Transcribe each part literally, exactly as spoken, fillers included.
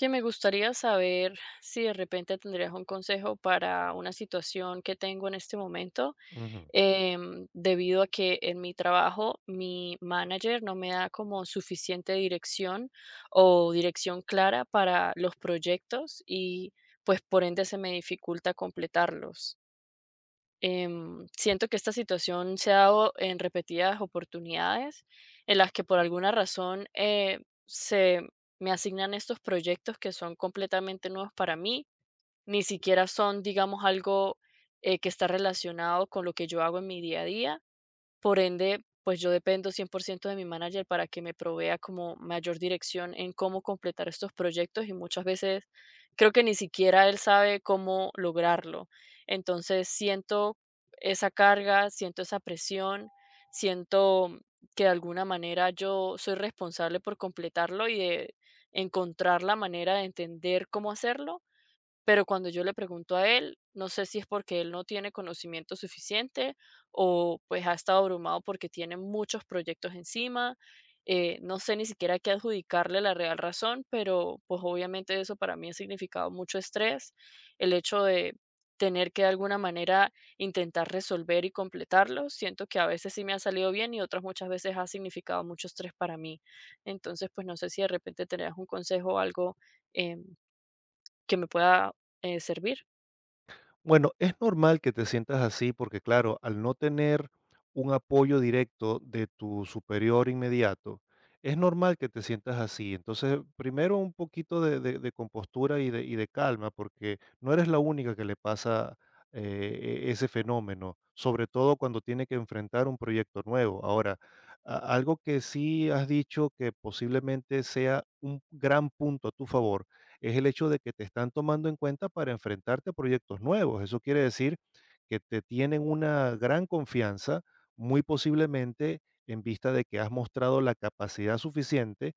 Oye, me gustaría saber si de repente tendrías un consejo para una situación que tengo en este momento, Ujú. em, debido a que en mi trabajo mi manager no me da como suficiente dirección o dirección clara para los proyectos y pues por ende se me dificulta completarlos. Em, siento que esta situación se ha dado en repetidas oportunidades en las que por alguna razón eh, se me asignan estos proyectos que son completamente nuevos para mí, ni siquiera son, digamos, algo eh, que está relacionado con lo que yo hago en mi día a día por ende, pues yo dependo cien por ciento de mi manager para que me provea como mayor dirección en cómo completar estos proyectos y muchas veces creo que ni siquiera él sabe cómo lograrlo. Entonces siento esa carga, siento esa presión, siento que de alguna manera yo soy responsable por completarlo y de encontrar la manera de entender cómo hacerlo, pero cuando yo le pregunto a él, no sé si es porque él no tiene conocimiento suficiente o pues ha estado abrumado porque tiene muchos proyectos encima. Eh, no sé ni siquiera qué adjudicarle la real razón, pero pues obviamente eso para mí ha significado mucho estrés, el hecho de tener que de alguna manera intentar resolver y completarlo. Siento que a veces sí me ha salido bien y otras muchas veces ha significado mucho estrés para mí. Entonces, pues no sé si de repente tenías un consejo o algo em, que me pueda, eh, servir. Bueno, es normal que te sientas así porque, claro, al no tener un apoyo directo de tu superior inmediato, es normal que te sientas así. Entonces, primero un poquito de, de- de compostura y de, y de calma, porque no eres la única que le pasa eh, e- ese fenómeno, sobre todo cuando tiene que enfrentar un proyecto nuevo. Ahora, a- algo que sí has dicho que posiblemente sea un gran punto a tu favor es el hecho de que te están tomando en cuenta para enfrentarte a proyectos nuevos. Eso quiere decir que te tienen una gran confianza, muy posiblemente en vista de que has mostrado la capacidad suficiente,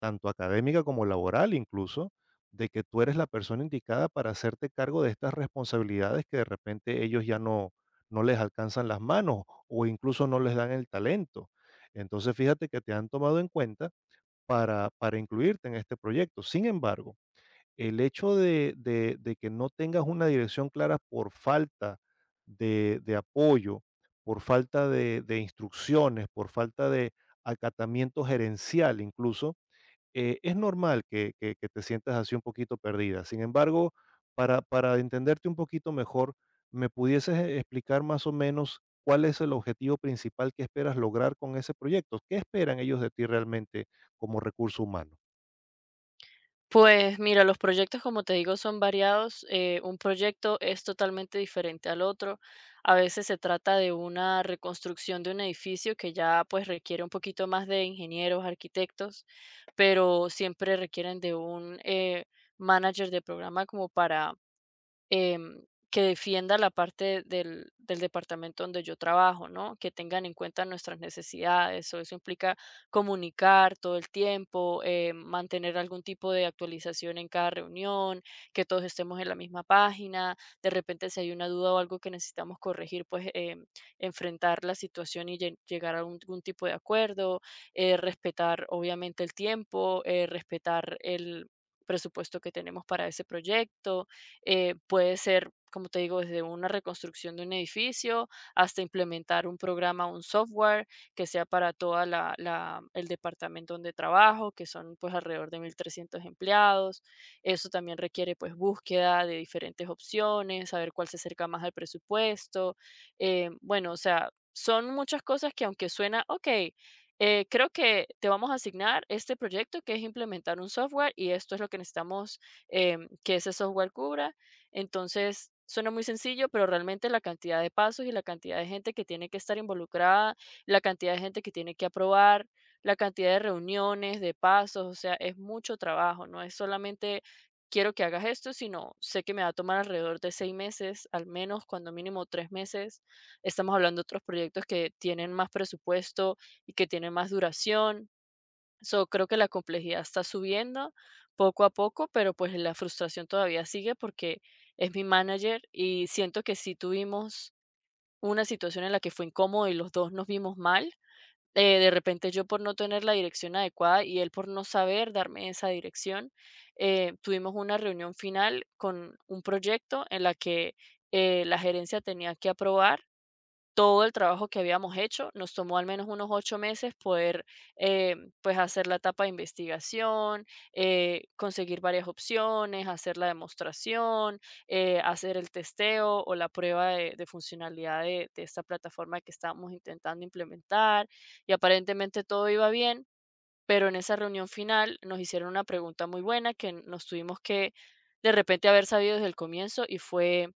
tanto académica como laboral incluso, de que tú eres la persona indicada para hacerte cargo de estas responsabilidades que de repente ellos ya no, no les alcanzan las manos o incluso no les dan el talento. Entonces fíjate que te han tomado en cuenta para, para incluirte en este proyecto. Sin embargo, el hecho de de de que no tengas una dirección clara por falta de de apoyo, por falta de de instrucciones, por falta de acatamiento gerencial incluso, eh, es normal que que que te sientas así un poquito perdida. Sin embargo, para para entenderte un poquito mejor, ¿me pudieses e explicar más o menos cuál es el objetivo principal que esperas lograr con ese proyecto? ¿Qué esperan ellos de ti realmente como recurso humano? Pues mira, los proyectos, como te digo, son variados. Eh, un proyecto es totalmente diferente al otro. A veces se trata de una reconstrucción de un edificio que ya pues requiere un poquito más de ingenieros, arquitectos, pero siempre requieren de un, eh, manager de programa como para em, que defienda la parte del, del departamento donde yo trabajo, ¿no? Que tengan en cuenta nuestras necesidades, o eso implica comunicar todo el tiempo, eh, mantener algún tipo de actualización en cada reunión, que todos estemos en la misma página, de repente si hay una duda o algo que necesitamos corregir, pues em, enfrentar la situación y lle- llegar a un- algún tipo de acuerdo, eh, respetar obviamente el tiempo, eh, respetar el presupuesto que tenemos para ese proyecto, eh, puede ser, como te digo, desde una reconstrucción de un edificio hasta implementar un programa, un software que sea para toda la, la- el departamento donde trabajo, que son pues alrededor de mil trescientos empleados. Eso también requiere pues búsqueda de diferentes opciones, saber cuál se acerca más al presupuesto. Eh, bueno, o sea, son muchas cosas que aunque suena, ok, eh, creo que te vamos a asignar este proyecto que es implementar un software y esto es lo que necesitamos em, que ese software cubra. Entonces, suena muy sencillo, pero realmente la cantidad de pasos y la cantidad de gente que tiene que estar involucrada, la cantidad de gente que tiene que aprobar, la cantidad de reuniones, de pasos, o sea, es mucho trabajo, no es solamente quiero que hagas esto, sino sé que me va a tomar alrededor de seis meses, al menos cuando mínimo tres meses. Estamos hablando de otros proyectos que tienen más presupuesto y que tienen más duración. So, creo que la complejidad está subiendo poco a poco, pero pues la frustración todavía sigue porque es mi manager y siento que sí tuvimos una situación en la que fue incómodo y los dos nos vimos mal. Eh, de repente yo por no tener la dirección adecuada y él por no saber darme esa dirección, eh, tuvimos una reunión final con un proyecto en la que eh, la gerencia tenía que aprobar todo el trabajo que habíamos hecho. Nos tomó al menos unos ocho meses poder, eh, pues, hacer la etapa de investigación, eh, conseguir varias opciones, hacer la demostración, eh, hacer el testeo o la prueba de, de funcionalidad de, de esta plataforma que estábamos intentando implementar. Y aparentemente todo iba bien, pero en esa reunión final nos hicieron una pregunta muy buena que nos tuvimos que de repente haber sabido desde el comienzo y fue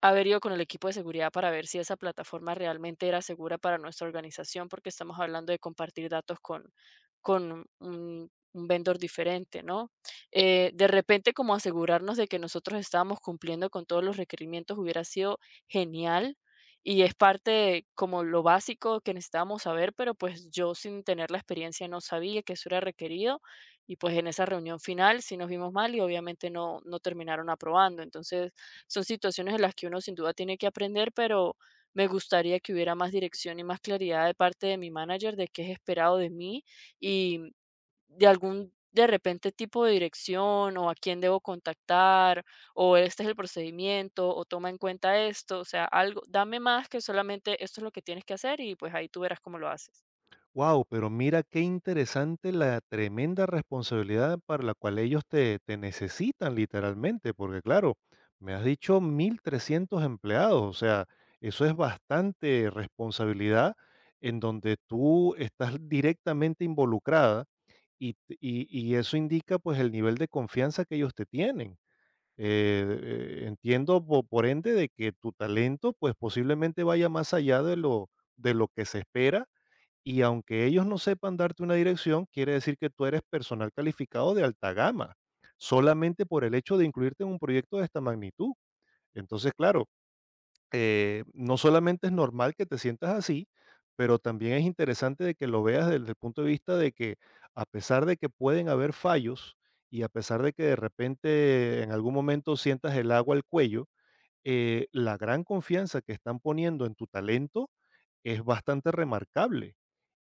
haber ido con el equipo de seguridad para ver si esa plataforma realmente era segura para nuestra organización, porque estamos hablando de compartir datos con, con un, un vendor diferente, ¿no? Eh, de repente, como asegurarnos de que nosotros estábamos cumpliendo con todos los requerimientos hubiera sido genial. Y es parte de como lo básico que necesitábamos saber, pero pues yo sin tener la experiencia no sabía que eso era requerido y pues en esa reunión final sí nos vimos mal y obviamente no, no terminaron aprobando. Entonces, son situaciones en las que uno sin duda tiene que aprender, pero me gustaría que hubiera más dirección y más claridad de parte de mi manager de qué es esperado de mí y de algún, de repente, tipo de dirección o a quién debo contactar o este es el procedimiento o toma en cuenta esto, o sea, algo, dame más que solamente esto es lo que tienes que hacer y pues ahí tú verás cómo lo haces. Wow, pero mira qué interesante la tremenda responsabilidad para la cual ellos te, te necesitan literalmente, porque claro, me has dicho mil trescientos empleados, o sea, eso es bastante responsabilidad en donde tú estás directamente involucrada y, t- y- y eso indica pues el nivel de confianza que ellos te tienen. Eh, eh, entiendo po- por ende de que tu talento pues posiblemente vaya más allá de lo, de lo que se espera y aunque ellos no sepan darte una dirección, quiere decir que tú eres personal calificado de alta gama, solamente por el hecho de incluirte en un proyecto de esta magnitud. Entonces, claro, eh, no solamente es normal que te sientas así, pero también es interesante de que lo veas desde el punto de vista de que a pesar de que pueden haber fallos y a pesar de que de repente en algún momento sientas el agua al cuello, eh, la gran confianza que están poniendo en tu talento es bastante remarcable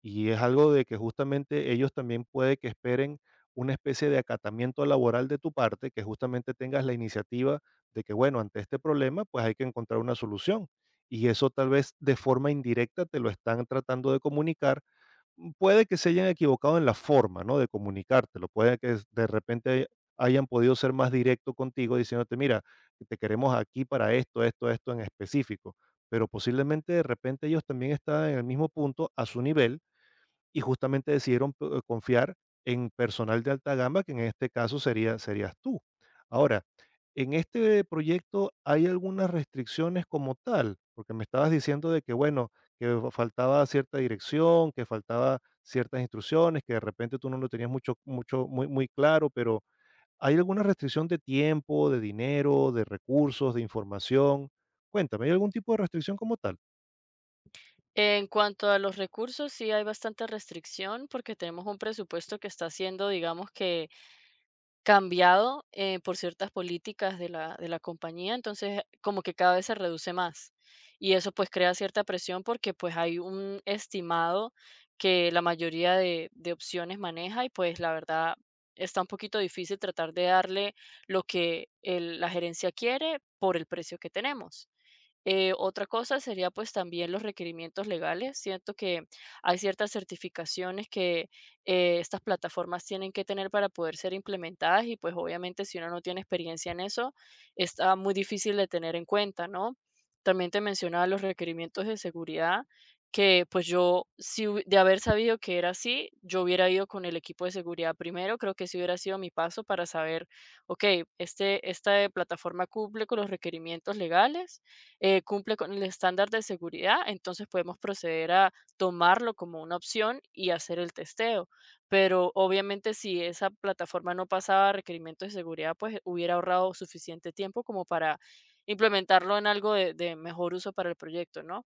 y es algo de que justamente ellos también puede que esperen una especie de acatamiento laboral de tu parte, que justamente tengas la iniciativa de que, bueno, ante este problema, pues hay que encontrar una solución. Y eso tal vez de forma indirecta te lo están tratando de comunicar mm, puede que se hayan equivocado en la forma, ¿no?, de comunicártelo, puede que de repente hayan podido ser más directo contigo diciéndote: "Mira, te queremos aquí para esto, esto, esto en específico", pero posiblemente de repente ellos también estaban en el mismo punto a su nivel y justamente decidieron eh, confiar en personal de alta gama, que en este caso sería serías tú. Ahora, en este proyecto, ¿hay algunas restricciones como tal? Porque me estabas diciendo de que, bueno, que faltaba cierta dirección, que faltaba ciertas instrucciones, que de repente tú no lo tenías mucho mucho muy muy claro, pero, ¿hay alguna restricción de tiempo, de dinero, de recursos, de información? Cuéntame, ¿hay algún tipo de restricción como tal? En cuanto a los recursos, sí hay bastante restricción porque tenemos un presupuesto que está siendo, digamos que cambiado, eh, por ciertas políticas de la de la compañía, entonces, como que cada vez se reduce más. Y eso, pues, crea cierta presión porque, pues, hay un estimado que la mayoría de de opciones maneja y, pues, la verdad, está un poquito difícil tratar de darle lo que el la gerencia quiere por el precio que tenemos. Eh, otra cosa sería pues también los requerimientos legales. Siento que hay ciertas certificaciones que eh, estas plataformas tienen que tener para poder ser implementadas y pues obviamente si uno no tiene experiencia en eso, está muy difícil de tener en cuenta, ¿no? También te mencionaba los requerimientos de seguridad, que pues yo, si hu- de haber sabido que era así, yo hubiera ido con el equipo de seguridad primero, creo que ese hubiera sido mi paso para saber, ok, este, esta plataforma cumple con los requerimientos legales eh, cumple con el estándar de seguridad, entonces podemos proceder a tomarlo como una opción y hacer el testeo. Pero obviamente si esa plataforma no pasaba requerimientos de seguridad, pues eh, hubiera ahorrado suficiente tiempo como para implementarlo en algo de, de mejor uso para el proyecto, ¿no?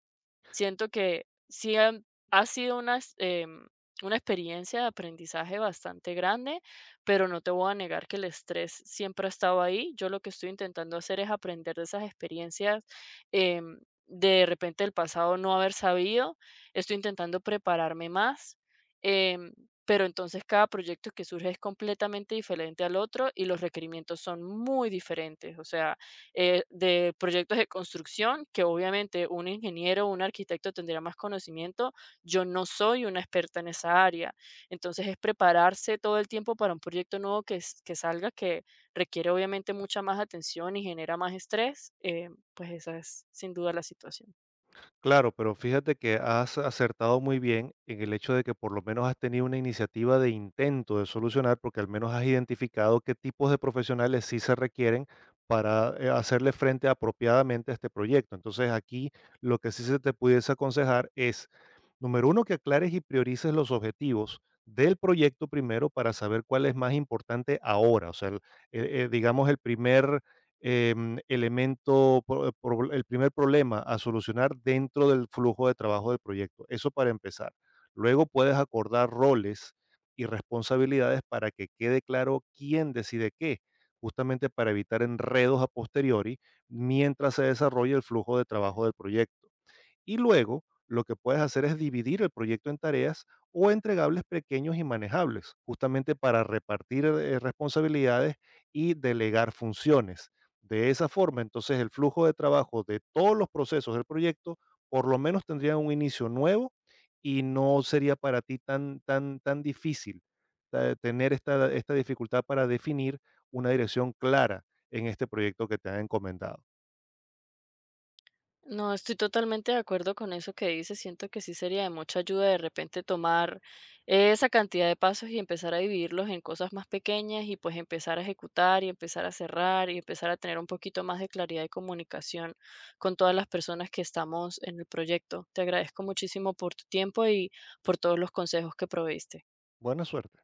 Siento que sí han ha sido una ex em, una experiencia de aprendizaje bastante grande, pero no te voy a negar que el estrés siempre ha estado ahí. Yo lo que estoy intentando hacer es aprender de esas experiencias, em, de repente el pasado no haber sabido. Estoy intentando prepararme más, em, pero entonces cada proyecto que surge es completamente diferente al otro y los requerimientos son muy diferentes. O sea eh, de proyectos de construcción, que obviamente un ingeniero o un arquitecto tendría más conocimiento. Yo no soy una experta en esa área. Entonces es prepararse todo el tiempo para un proyecto nuevo que, s- que salga, que requiere obviamente mucha más atención y genera más estrés. Eh, pues esa es sin duda la situación. Claro, pero fíjate que has acertado muy bien en el hecho de que por lo menos has tenido una iniciativa de intento de solucionar, porque al menos has identificado qué tipos de profesionales sí se requieren para eh, hacerle frente apropiadamente a este proyecto. Entonces aquí lo que sí se te pudiese aconsejar es: número uno, que aclares y priorices los objetivos del proyecto primero para saber cuál es más importante ahora. O sea, el- eh, eh, digamos, el primer em, elemento, pro- pro- el primer problema a solucionar dentro del flujo de trabajo del proyecto. Eso para empezar. Luego puedes acordar roles y responsabilidades para que quede claro quién decide qué, justamente para evitar enredos a posteriori mientras se desarrolla el flujo de trabajo del proyecto. Y luego, lo que puedes hacer es dividir el proyecto en tareas o entregables pequeños y manejables, justamente para repartir eh, responsabilidades y delegar funciones. De esa forma, entonces, el flujo de trabajo de todos los procesos del proyecto por lo menos tendría un inicio nuevo y no sería para ti tan, tan, tan difícil eh, tener esta, esta dificultad para definir una dirección clara en este proyecto que te han encomendado. No, estoy totalmente de acuerdo con eso que dices. Siento que sí sería de mucha ayuda de repente tomar esa cantidad de pasos y empezar a dividirlos en cosas más pequeñas y pues empezar a ejecutar y empezar a cerrar y empezar a tener un poquito más de claridad de comunicación con todas las personas que estamos en el proyecto. Te agradezco muchísimo por tu tiempo y por todos los consejos que proveíste. Buena suerte.